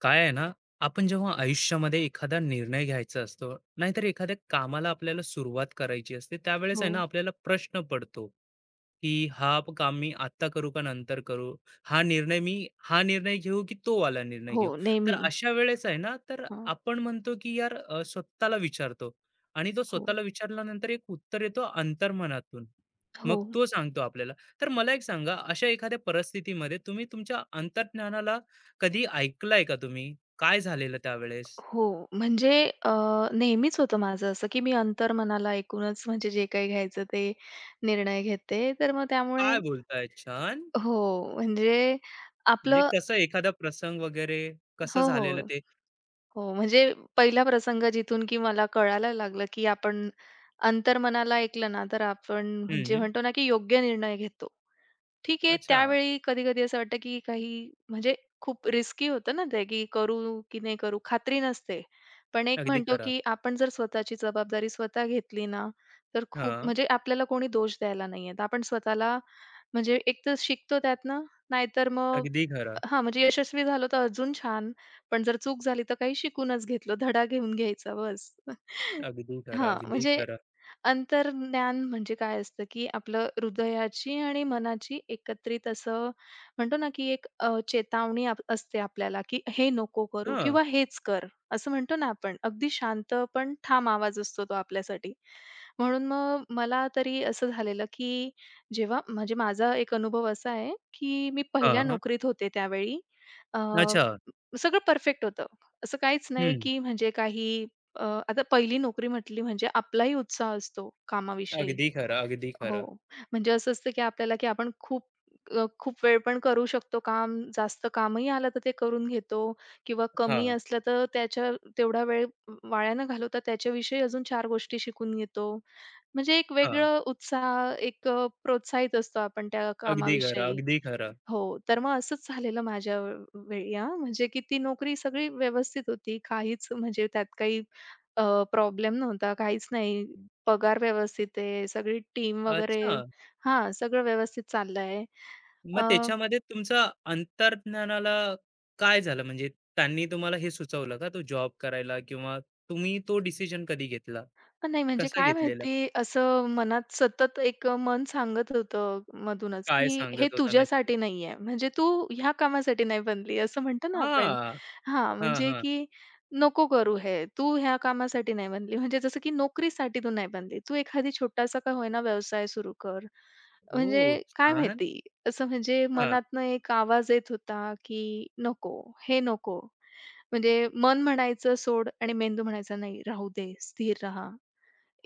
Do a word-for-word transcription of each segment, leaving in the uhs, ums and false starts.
काय आहे ना, आपण जेव्हा आयुष्यामध्ये एखादा निर्णय घ्यायचा असतो, नाहीतर एखाद्या कामाला आपल्याला सुरुवात करायची असते, त्यावेळेस हो, आहे ना आपल्याला प्रश्न पडतो, की हा प काम मी आत्ता करू का नंतर करू? हा निर्णय मी हा निर्णय घेऊ की तो वाला निर्णय हो. घेऊ? तर नेहमी. अशा वेळेस आहे ना, तर हां. आपण म्हणतो की यार अ, स्वतःला विचारतो आणि तो हो, स्वतःला विचारल्यानंतर एक उत्तर येतो अंतर्मनातून. मग हो, तो सांगतो आपल्याला. तर मला एक सांगा, अशा एखाद्या परिस्थितीमध्ये तुम्ही तुमच्या अंतर्ज्ञानाला कधी ऐकलाय का तुम्ही? काय झालेलं त्यावेळेस? हो. म्हणजे अ, नेहमीच होतं माझं असं, की मी अंतर्मनाला ऐकूनच म्हणजे जे काही घ्यायचं ते निर्णय घेते. तर मग त्यामुळे काय बोलताय? छान. हो, म्हणजे म्हणजे आपलं कसं एखादा प्रसंग वगैरे कसं हो, झालेलं हो, ते? हो. म्हणजे पहिला प्रसंग जिथून की मला कळायला लागलं, की आपण अंतर्मनाला ऐकलं ना, तर आपण म्हणजे हं. म्हणतो ना, की योग्य निर्णय घेतो. ठीक आहे, अच्छा. त्यावेळी कधी-कधी असं वाटतं, की काही म्हणजे खूप रिस्की होतं ना ते, की करू की नाही करू खात्री नसते. पण एक अगदी म्हणतो, खरं. की आपण जर स्वतःची जबाबदारी स्वतः घेतली ना, तर खूप हां. म्हणजे आपल्याला कोणी दोष द्यायला नाहीये. तर आपण स्वतःला म्हणजे एक तर शिकतो त्यातनं, नाहीतर मग अगदी खरं. हां, म्हणजे यशस्वी झालो तर अजून छान. पण जर चूक झाली तर काही शिकूनच घेतलं, धडा घेऊन घ्यायचा बस. अगदी खरं, हां, अगदी म्हणजे खरं. अंतर्ज्ञान म्हणजे काय असतं, की आपलं हृदयाची आणि मनाची एकत्रित असं म्हणतो ना, की एक अ, चेतावणी आप असते आपल्याला, की हे नको करू हां. किंवा हेच कर. असं म्हणतो ना आपण. अगदी शांत पण ठाम आवाज असतो तो आपल्यासाठी. म्हणून मग मला तरी असं झालेलं, की जेव्हा म्हणजे माझा एक अनुभव असा आहे, की मी पहिल्या हां, हां. नोकरीत होते त्यावेळी. अच्छा. सगळं परफेक्ट होतं. असं काहीच नाही, हं. की म्हणजे काही अ, आता पहिली नोकरी म्हटली म्हणजे आपलाही उत्साह असतो कामाविषयी. अगदी खरं, अगदी हो, खरं. म्हणजे असं असतं, की आपल्याला, की आपण खूप अ, खूप वेळ पण करू शकतो काम. जास्त कामही आलं तर ते करून घेतो किंवा कमी हां, असलं तर त्याच्या तेवढा वेळ वाया न घालवता त्याच्याविषयी अजून चार गोष्टी शिकून घेतो. म्हणजे एक हां. वेगळं उत्साह, एक अ, प्रोत्साहित असतो आपण त्या अगदी खरं, कामाविषयी. अगदी खरं. हो, तर मग असंच झालेलं माझ्या वे- वेळी हां. म्हणजे की ती नोकरी सगळी व्यवस्थित होती. काहीच म्हणजे त्यात काही अ, प्रॉब्लेम नव्हता, काहीच नाही. पगार व्यवस्थित आहे, सगळी टीम वगैरे अच्छा. हां, सगळं व्यवस्थित चाललंय. मग अ त्याच्यामध्ये तुमचं अंतर्ज्ञानाला काय झालं? म्हणजे त्यांनी तुम्हाला हे सुचवलं का तो जॉब करायला किंवा तुम्ही तो डिसिजन कधी घेतला? नाही, म्हणजे कसा काय घेतलेला? माहिती असं मनात सतत एक अ, मन सांगत होतं मधूनच, काय की हे सांगत होता नक्की? तुझ्यासाठी नाहीये. म्हणजे तू ह्या कामासाठी नाही बनली असं म्हणतो ना आपण. हां, हां, हां, म्हणजे हां. की नको करू हे. तू ह्या कामासाठी नाही बनली. म्हणजे जसं की नोकरीसाठी तू नाही बनली. तू एखादी छोटासा का होईना व्यवसाय सुरू कर. ओह! म्हणजे काय छान. माहिती असं म्हणजे हां, मनातनं एक आवाज येत होता, की नको, हे नको. म्हणजे मन म्हणायचं सोड आणि मेंदू म्हणायचा नाही, राहू दे, स्थिर रहा.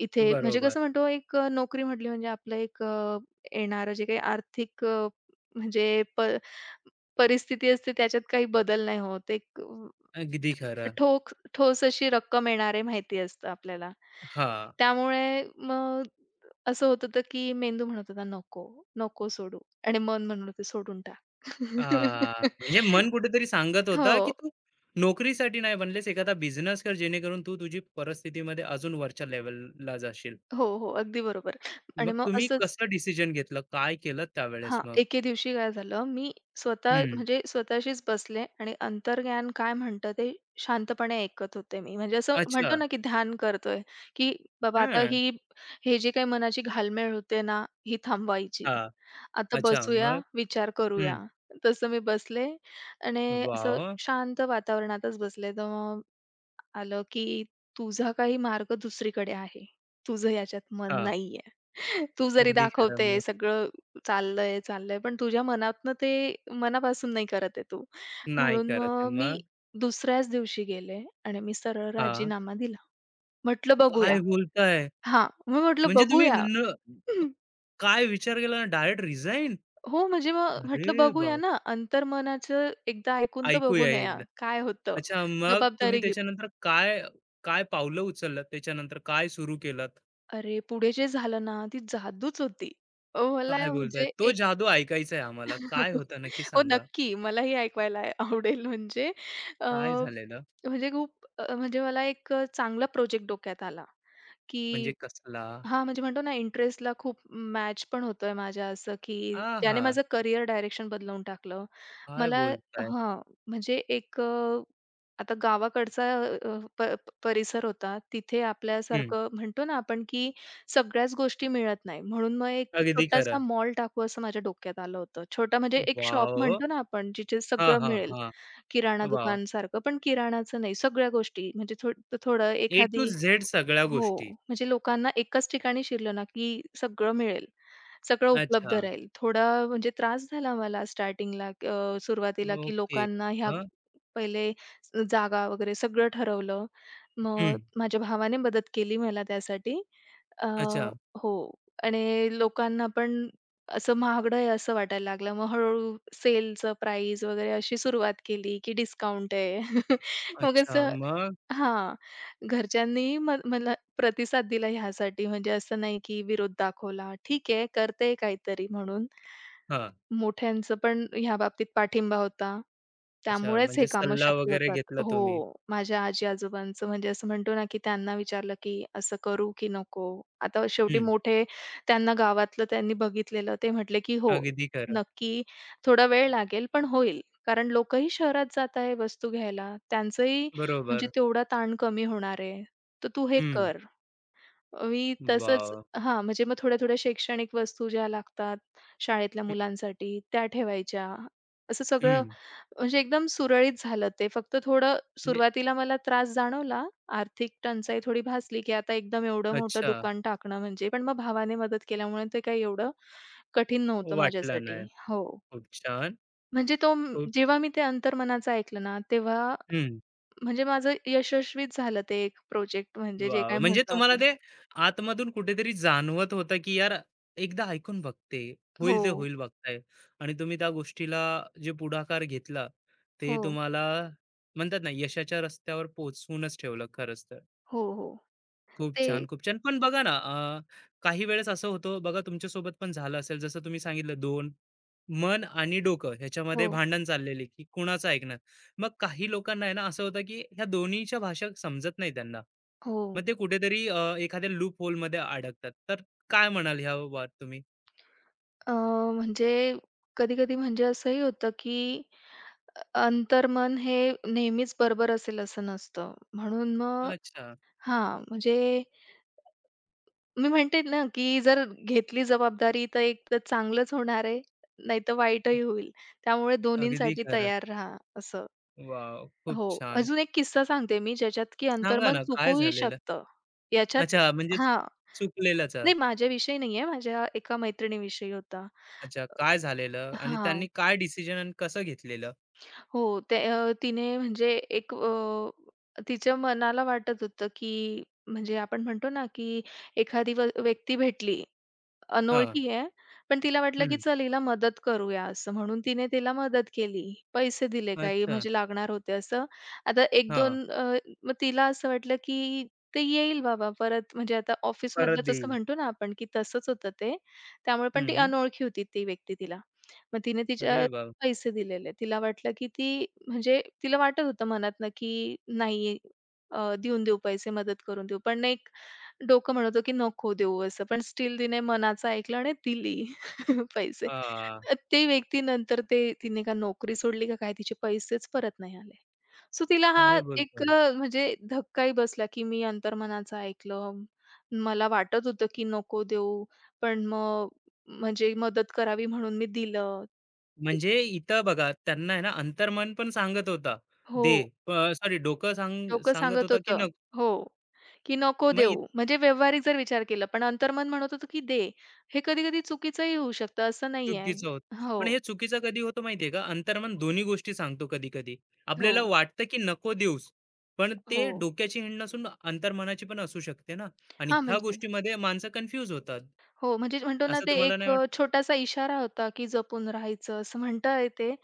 इथे म्हणजे बरोबर. कसं म्हणतो एक अ, नोकरी म्हटली म्हणजे आपलं एक अ, येणारं जे काही आर्थिक अ, म्हणजे प परिस्थिती असते त्याच्यात काही बदल नाही होत. एक अ, अगदी खरं. ठोक ठोस अशी रक्कम येणार आहे माहिती असतं आपल्याला. हां. त्यामुळे मग असं होत होतं, की मेंदू म्हणत होता, "नको, नको सोडू" आणि मन म्हणत होतं, "सोडून टाक." आ, म्हणजे मन कुठेतरी सांगत हो. होता, की तू नोकरीसाठी नाही बनलेस, एखादा बिझनेस कर, जेणेकरून तू तुझी परिस्थितीमध्ये अजून वरच्या लेव्हलला जाशील. हो, हो. अगदी बरोबर. मग आणि मग तुम्ही असंच कसं डिसिजन घेतलं? काय केलं त्यावेळेस हां, मग? एके दिवशी काय झालं, मी स्वतः हं. म्हणजे स्वतःशीच बसले आणि अंतर्ज्ञान काय म्हणतं ते शांतपणे ऐकत होते मी. म्हणजे असं म्हणतो अच्छा. ना, की ध्यान करतोय, की बाबा आता हां. ही हे जी काही मनाची घालमेल होते ना, ही थांबवायची. हां. आता अच्छा. बसूया, मग? विचार करूया. हं. तसं मी बसले आणि वाह! असं वाह! शांत वातावरणातच बसले. तर आलं, की तुझा काही मार्ग दुसरीकडे आहे. तुझं याच्यात मन नाहीये. तू जरी अगदी खरं. दाखवते मग सगळं चाललंय, चाललंय, पण तुझ्या मनातनं ते मनापासून नाही करत आहे तू. नाही म्हणून करत आहे. मग मी मग? दुसऱ्याच दिवशी गेले आणि मी सरळ हां. राजीनामा दिला. म्हटलं बघूया. काय बोलताय? हां, मी म्हटलं म्हणजे तुम्ही बघूया. न काय विचार केला? Direct resign? हो, म्हणजे मग अरे म्हटलं बघूया बाप! ना, अंतर्मनाचं एकदा ऐकून तर बघू ऐकूया नया एकदा. काय होतं. अच्छा, मग तुम्ही जबाबदारी घेऊ. त्याच्यानंतर काय काय पावलं उचललात? त्याच्यानंतर काय सुरू केलात? अरे, पुढे जे झालं ना, ती जादूच होती. अ, काय मला बोलताय? म्हणजे तो एक जादू ऐकायचा आहे आम्हाला. काय होतं नक्की हो, सांगा? नक्की. मलाही ऐकवायला आय- आवडेल म्हणजे अ, काय झालेलं? म्हणजे खूप अ, म्हणजे मला एक चांगला प्रोजेक्ट डोक्यात आला, की म्हणजे कसला? हां, म्हणजे म्हणतो ना इंटरेस्टला खूप मॅच पण होतोय माझ्या असं, की आहा! त्याने माझं करियर डायरेक्शन बदलवून टाकलं. काय मला बोलताय? हां, म्हणजे एक अ, आता गावाकडचा अ, प प परिसर होता. तिथे हं, आपल्यासारखं म्हणतो ना आपण, की सगळ्याच गोष्टी मिळत नाही. म्हणून मग एक अगदी छोटासा खरं. मॉल टाकू असं माझ्या डोक्यात आलं होतं. छोटा म्हणजे एक शॉप वॉव! म्हणतो ना आपण, जिथे हां, सगळं हां, मिळेल. हां. किराणा वॉव! दुकानसारखं, पण किराणाचं नाही, सगळ्या गोष्टी म्हणजे थो थोडं ए टू एखादी झेड सगळ्या हो, गोष्टी. म्हणजे लोकांना एकाच ठिकाणी शिरलं ना, की सगळं मिळेल, सगळं उपलब्ध अच्छा. राहील. थोडा म्हणजे त्रास झाला मला स्टार्टिंगला अ, सुरुवातीला, की ओके. लोकांना ह्या मग? पहिले स- जागा वगैरे सगळं ठरवलं. मग माझ्या भावाने मदत केली मला त्यासाठी. अ, अच्छा. हो आणि लोकांना पण असं महागडं आहे असं वाटायला लागलं. मग हळू सेलचं प्राईज वगैरे अशी सुरुवात केली, की डिस्काउंट आहे. मग अच्छा, असं मग? हां. घरच्यांनी म मला प्रतिसाद दिला ह्यासाठी म्हणजे असं नाही की विरोध दाखवला. ठीक आहे, करते काहीतरी म्हणून. हां. मोठ्यांचं पण ह्या बाबतीत पाठिंबा होता. अच्छा, त्यामुळेच हे म्हणजे कामं सल्ला शक्य वगैरे होतात. घेतला तुम्ही. हो. माझ्या आजी-आजोबांचं म्हणजे असं म्हणतो ना, की त्यांना विचारलं, की "असं करू की नको?" आता शेवटी हं. मोठे त्यांना गावातलं त्यांनी बघितलेलं ते म्हटले, की "हो, अगदी खरं. नक्की थोडा वेळ लागेल पण होईल." कारण लोकही शहरात जात आहे वस्तू घ्यायला. त्यांचंही म्हणजे बरोबर. तेवढा ताण कमी होणार आहे. तर तू हे हं. कर. मी तसंच वाह! हां, म्हणजे मग थोड्या-थोड्या शैक्षणिक वस्तू ज्या लागतात शाळेतल्या हं, मुलांसाठी त्या ठेवायच्या. असं सगळं हं. म्हणजे एकदम सुरळीत झालं ते. फक्त थोडं म्हणजे सुरुवातीला मला त्रास जाणवला. आर्थिक टंचाई थोडी भासली, की आता एकदम एवढं मोठं अच्छा, दुकान टाकणं म्हणजे. पण मग भावाने मदत केल्यामुळे ते काही एवढं कठीण नव्हतं वाटला नाही. माझ्यासाठी. हो. खूप छान. म्हणजे तो म- खूप जेव्हा मी ते अंतर्मनाचं ऐकलं ना, तेव्हा हं. म्हणजे माझं यशस्वीच झालं ते एक प्रोजेक्ट म्हणजे जे वाह! काय म्हणजे म्हणतो तुम्हाला आपण. ते आतमधून कुठेतरी जाणवत होतं, की यार एकदा ऐकून बघते, होईल ते हो, होईल बघता येईल. आणि तुम्ही त्या गोष्टीला जे पुढाकार घेतला, ते हो. तुम्हाला म्हणतात ना, यशाच्या रस्त्यावर पोहोचवूनच ठेवलं खरंच तर. हो, हो. खूप ते छान, खूप छान. पण बघा ना, अ, काही वेळेस असं होतं बघा तुमच्यासोबत पण झालं असेल जसं तुम्ही सांगितलं दोन, मन आणि डोकं हो, ह्याच्यामध्ये भांडण चाललेले, की कुणाचं ऐकणार. मग काही लोकांना आहे ना असं होतं, की ह्या दोन्हीच्या भाषा समजत नाही त्यांना. हो. मग ते कुठेतरी अ, एखाद्या लूप होलमध्ये अडकतात. तर काय म्हणाल ह्यावर तुम्ही? अ, म्हणजे कधी-कधी म्हणजे असंही होतं, की अंतर्मन हे नेहमीच बरोबर असेल असं नसतं. म्हणून मग अच्छा. हां, म्हणजे मी म्हणते ना, की जर घेतली जबाबदारी तर एक तर चांगलंच होणार आहे, नाहीतर वाईटही होईल. त्यामुळे अगदी दोन्हींसाठी खरं. तयार राहा असं. वॉव! खूप हो. छान. अजून एक किस्सा सांगते मी ज्याच्यात की सांगा अंतर्मन ना काय चुकूही झालेलं? शकतं. याच्यात अच्छा म्हणजे हां. चुकलेलंच. नाही माझ्याविषयी नाहीये, माझ्या एका मैत्रिणीविषयी होता. अच्छा काय झालेलं आणि त्यांनी हां. काय डिसिजन आणि कसं घेतलेलं? हो, ते अ, तिने म्हणजे एक अ, तिच्या मनाला वाटत होतं, की म्हणजे आपण म्हणतो ना, की एखादी व व्यक्ती भेटली हां, अनोळखी आहे, पण तिला वाटलं, की हं. चल हिला मदत करूया असं म्हणून तिने तिला मदत केली. पैसे दिले काही अच्छा, म्हणजे लागणार होते असं. आता एक हां. दोन अ, मग तिला असं वाटलं, की ते येईल बाबा परत म्हणजे आता परत ऑफिसमधलंच असं देईल. म्हणतो ना आपण, की तसंच होतं ते. त्यामुळे पण ती हं. अनोळखी होती ती व्यक्ती तिला. मग तिने तिच्या अरे वाह! पैसे दिलेले. तिला वाटलं, की ती म्हणजे तिला वाटत होतं मनातनं, की नाही अ, देऊन देऊ पैसे, मदत करून देऊ. पण एक डोकं म्हणत होतं, की नको देऊ असं, पण स्टिल तिने मनाचं ऐकलं आणि दिली पैसे. आ, अ, ती व्यक्ती नंतर ते तिने का नोकरी सोडली का काय, तिचे पैसेच परत नाही आले. सो तिला हा काय एक बोलताय? अ, म्हणजे धक्काही बसला, की मी अंतर्मनाचं ऐकलं. मला वाटत होतं, की नको देऊ, पण मग म्हणजे मदत करावी म्हणून मी दिलं. ते म्हणजे इथं बघा त्यांना आहे ना अंतर्मन पण सांगत होता, हो. दे. अ, सॉरी डोकं सांग डोकं सांगत सांगत होता की होतं. नको. हो, की नको मग इत देऊ. म्हणजे व्यावहारिक जर विचार केला, पण अंतर्मन म्हणत होतं, की "दे." हे कधी-कधी चुकीचंही होऊ शकतं, असं नाहीये. चुकीचं होतं. हो, पण हे चुकीचं कधी होतं माहिती का? अंतर्मन दोन्ही गोष्टी सांगतो कधी-कधी. हो, आपल्याला वाटतं की नको देऊस, पण ते हो. डोक्याची हिंड नसून अंतर्मनाची पण असू शकते ना आणि हां, ह्या म्हणजे गोष्टीमध्ये माणसं कन्फ्यूज होतात. हो, म्हणजे म्हणतो ना, असं ते तुम्हाला एक नाही अ, वाटत? छोटासा इशारा होता, की जपून राहायचं असं म्हणता येते.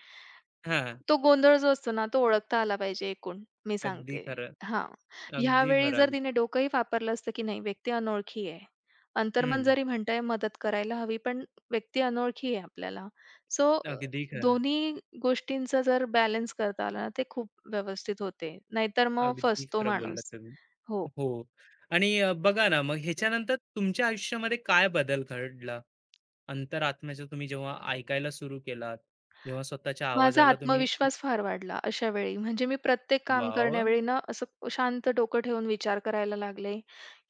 हां, तो गोंधळ जो असतो ना, तो ओळखता आला पाहिजे एकूण, मी अगदी सांगते. खरं. हां. अगदी ह्यावेळी खरं, जर अगदी तिने डोकंही वापरलं असतं, की नाही व्यक्ती अनोळखी आहे. हं, अंतर्मन जरी म्हणतंय मदत करायला हवी, पण व्यक्ती अनोळखी आहे आपल्याला. सो अ, अगदी खरं. दोन्ही गोष्टींचा जर बॅलन्स करता आला ना, ते खूप व्यवस्थित होते. नाहीतर मग अगदी फसतो खरं बोललात माणूस. तुम्ही. हो. हो आणि अ, बघा ना, मग ह्याच्यानंतर तुमच्या आयुष्यामध्ये काय बदल घडला? अंतरात्म्याचं तुम्ही जेव्हा ऐकायला सुरू केलात, जेव्हा स्वतःच्या माझा आवाजाला तुम्ही आत्मविश्वास फार वाढला अशा वेळी. म्हणजे मी प्रत्येक काम वाह, वाह! करण्यावेळी ना, असं शांत डोकं ठेवून विचार करायला लागले,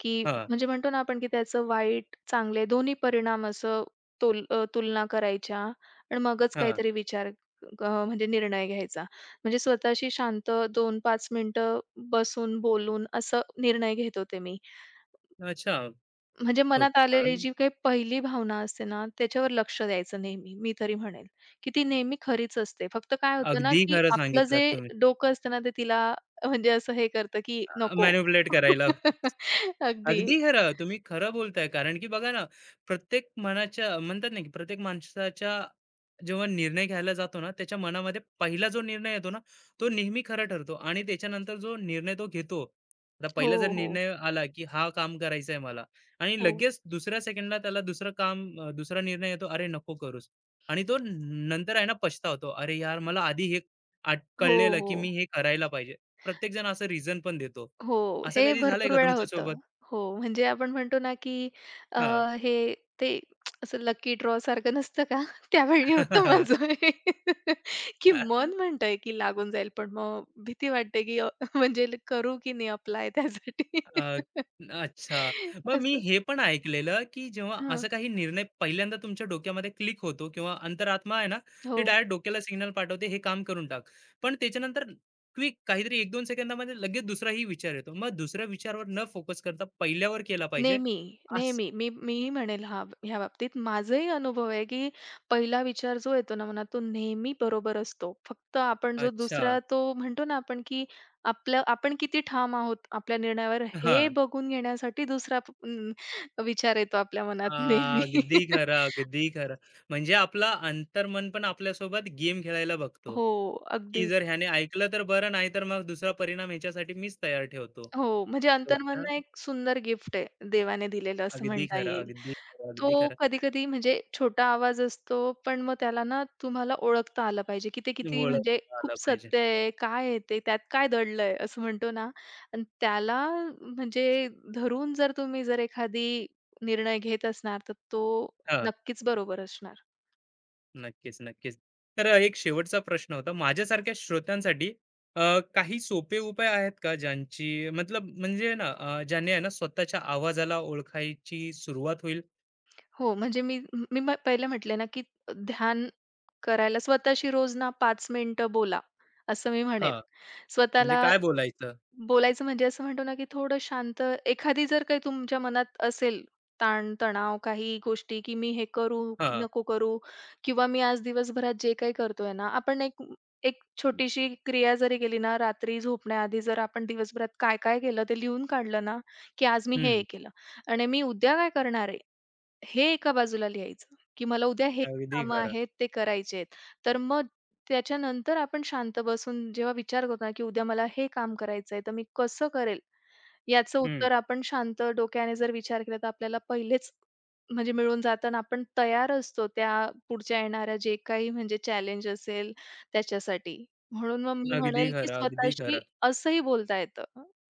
की हां, म्हणजे म्हणतो ना आपण, की त्याचं वाईट, चांगले दोन्ही परिणाम असं तुल अ, तुलना करायच्या आणि मगच काहीतरी विचार अ, म्हणजे निर्णय घ्यायचा. म्हणजे स्वतःशी शांत दोन ते पाच मिनिटं बसून, बोलून असं निर्णय घेत होते मी. अच्छा, म्हणजे खूप मनात आलेली छान. जी काही पहिली भावना असते ना, त्याच्यावर लक्ष द्यायचं नेहमी. मी तरी म्हणेल, की ती नेहमी खरीच असते. फक्त काय होतं ना, अगदी की खरं आपलं सांगितलात जे तुम्ही. डोकं असतं ना, ते तिला म्हणजे असं हे करतं, की नको. अ, करायला अगदी. अगदी खरं. तुम्ही खरं बोलताय. कारण की बघा ना, प्रत्येक मनाच्या म्हणतात ना, की प्रत्येक माणसाच्या जेव्हा निर्णय घ्यायला जातो ना, त्याच्या मनामध्ये पहिला जो निर्णय येतो ना, तो नेहमी खरा ठरतो आणि त्याच्यानंतर जो निर्णय तो घेतो. आता हो, पहिला जर हो. निर्णय आला, की हा काम करायचा आहे मला आणि हो. लगेच दुसऱ्या सेकंडला त्याला दुसरं काम अ, दुसरा निर्णय येतो, "अरे नको करूस" आणि तो नंतर आहे ना पछतावतो. "अरे यार, मला आधी हे आट हो, कळलेलं, की मी हो. हे करायला पाहिजे." प्रत्येकजण असं रिझन पण देतो. हो, असं हे कधी झालंय भरपूर का वेळा होतं. तुमच्यासोबत? हो, म्हणजे आपण म्हणतो ना, की अ, हां. हे ते असं लकी ड्रॉ सारखं नसतं का? त्यावेळी होतं माझं हे, की मन म्हणतंय, की लागून जाईल, पण मग भीती वाटते, की अ, म्हणजे करू की नाही अप्लाय त्यासाठी अ, अच्छा. मग मी असं. हे पण ऐकलेलं, की जेव्हा हं, असा काही निर्णय पहिल्यांदा तुमच्या डोक्यामध्ये क्लिक होतो किंवा अंतरात्मा आहे ना, ते हो. डायरेक्ट डोक्याला सिग्नल पाठवते, "हे काम करून टाक." पण त्याच्यानंतर क्विक काहीतरी एक दोन सेकंदामध्ये लगेच दुसराही विचार येतो. मग दुसऱ्या विचारावर न फोकस करता पहिल्यावर केला पाहिजे. नेहमी, असं नेहमी. मी मीही म्हणेल हा ह्या बाबतीत माझाही अनुभव आहे, की पहिला विचार जो येतो ना मनात, तो नेहमी बरोबर असतो. फक्त आपण जो अच्छा. दुसरा तो म्हणतो ना आपण, की आपलं आपण किती ठाम आहोत आपल्या निर्णयावर हे हां. बघून घेण्यासाठी दुसरा प- अं, विचार येतो आपल्या मनात हां, नेहमी. अगदी खरं, अगदी खरं. म्हणजे आपलं अंतर्मन पण आपल्यासोबत गेम खेळायला बघतो. हो, की अगदी. जर ह्याने ऐकलं तर बरं, नाहीतर मग दुसरा परिणाम ह्याच्यासाठी मीच तयार ठेवतो. हो, म्हणजे खूप छान. अंतर्मननं एक सुंदर गिफ्ट आहे देवाने दिलेलं असं अगदी म्हणता खरं, येईल. अगदी खरं, अगदी तो खरं. कधी-कधी म्हणजे छोटा आवाज असतो, पण मग त्याला ना तुम्हाला ओळखता आलं पाहिजे, की ते किती म्हणजे ओळखता आला खूप पाहिजे. सत्य आहे, काय आहे ते, त्यात काय दडलंय असं म्हणतो ना आणि त्याला म्हणजे धरून जर तुम्ही जर एखादी निर्णय घेत असणार, तर तो हां, नक्कीच बरोबर असणार. नक्कीच, नक्कीच. तर एक शेवटचा प्रश्न होता. माझ्यासारख्या श्रोत्यांसाठी अ, काही सोपे उपाय आहेत का ज्यांची मतलब म्हणजे ना अ, ज्याने आहे ना स्वतःच्या आवाजाला ओळखायची सुरुवात होईल? हो, म्हणजे मी मी पहिलं म्हटले ना, की ध्यान करायला स्वतःशी रोज ना पाच मिनिटं बोला, असं मी म्हणेन. हां, म्हणजे स्वतःला काय बोलायचं? बोलायचं म्हणजे असं म्हणतो ना, की थोडं शांत एखादी जर काही तुमच्या मनात असेल ताण-तणाव, काही गोष्टी, की मी हे करू की हां. नको करू किंवा मी आज दिवसभरात जे काही करतोय ना, आपण एक एक छोटीशी क्रिया जरी केली ना, रात्री झोपण्याआधी जर आपण दिवसभरात काय-काय केलं ते लिहून काढलं ना, की आज मी हे, हे हं. केलं आणि मी उद्या काय करणार आहे? हे एका बाजूला लिहायचं, की मला उद्या हे अगदी कामं खरं. आहेत, ते करायचे आहेत. तर मग त्याच्यानंतर आपण शांत बसून जेव्हा विचार करतो ना, की उद्या मला हे काम करायचं आहे, तर मी कसं करेल? याचं हं. उत्तर आपण शांत डोक्याने जर विचार केला, तर आपल्याला पहिलेच म्हणजे मिळून जातं आपण तयार असतो त्या पुढच्या येणाऱ्या जे काही म्हणजे चॅलेंज असेल त्याच्यासाठी. म्हणून मग मी अगदी म्हणेल, की खरं, अगदी स्वतःशी खरं. असंही बोलता येतं.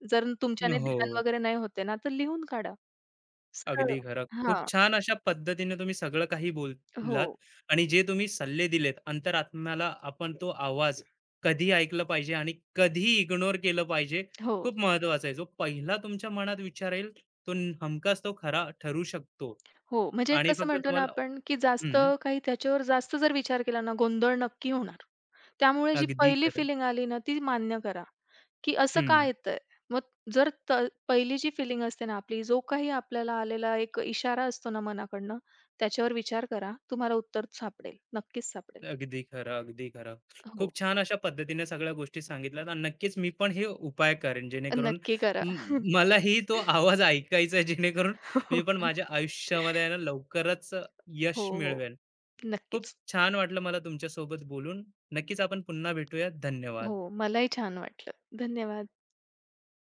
जर तुमच्याने ध्यान हो. वगैरे नाही होते ना, तर लिहून काढा. सरळ. अगदी खरं. खूप हां. छान अशा पद्धतीने तुम्ही सगळं काही हो, बोललात आणि जे तुम्ही सल्ले दिलेत अंतरात्म्याला आपण तो आवाज कधी ऐकलं पाहिजे आणि कधी इग्नोर केलं पाहिजे हो. खूप महत्वाचा आहे. जो पहिला तुमच्या मनात विचार येईल तो न- हमखास तो खरा ठरू शकतो हो, म्हणजे आणि कसं फक्त म्हणतो ना तुम्हाला आपण, की जास्त हं, काही त्याच्यावर जास्त जर विचार केला ना, गोंधळ नक्की होणार. त्यामुळे जी अगदी पहिली खरं. फिलिंग आली ना, ती मान्य करा, की असं का हं. येतंय? मग जर त पहिली जी फिलिंग असते ना आपली, जो काही आपल्याला आलेला एक इशारा असतो ना मनाकडनं, त्याच्यावर विचार करा. तुम्हाला उत्तर सापडेल, नक्कीच सापडेल. अगदी खरं, अगदी खरं. खूप हो, छान अशा पद्धतीने सगळ्या गोष्टी सांगितल्यात आणि नक्कीच मी पण हे उपाय करेन जेणेकरून नक्की करा. म मलाही तो आवाज ऐकायचा आहे जेणेकरून मी पण माझ्या आयुष्यामध्ये आहे ना लवकरच हो, यश हो. मिळवेन. खूप नक्कीच. छान वाटलं मला तुमच्यासोबत बोलून. नक्कीच आपण पुन्हा भेटूया. हो, धन्यवाद. मलाही छान वाटलं. धन्यवाद.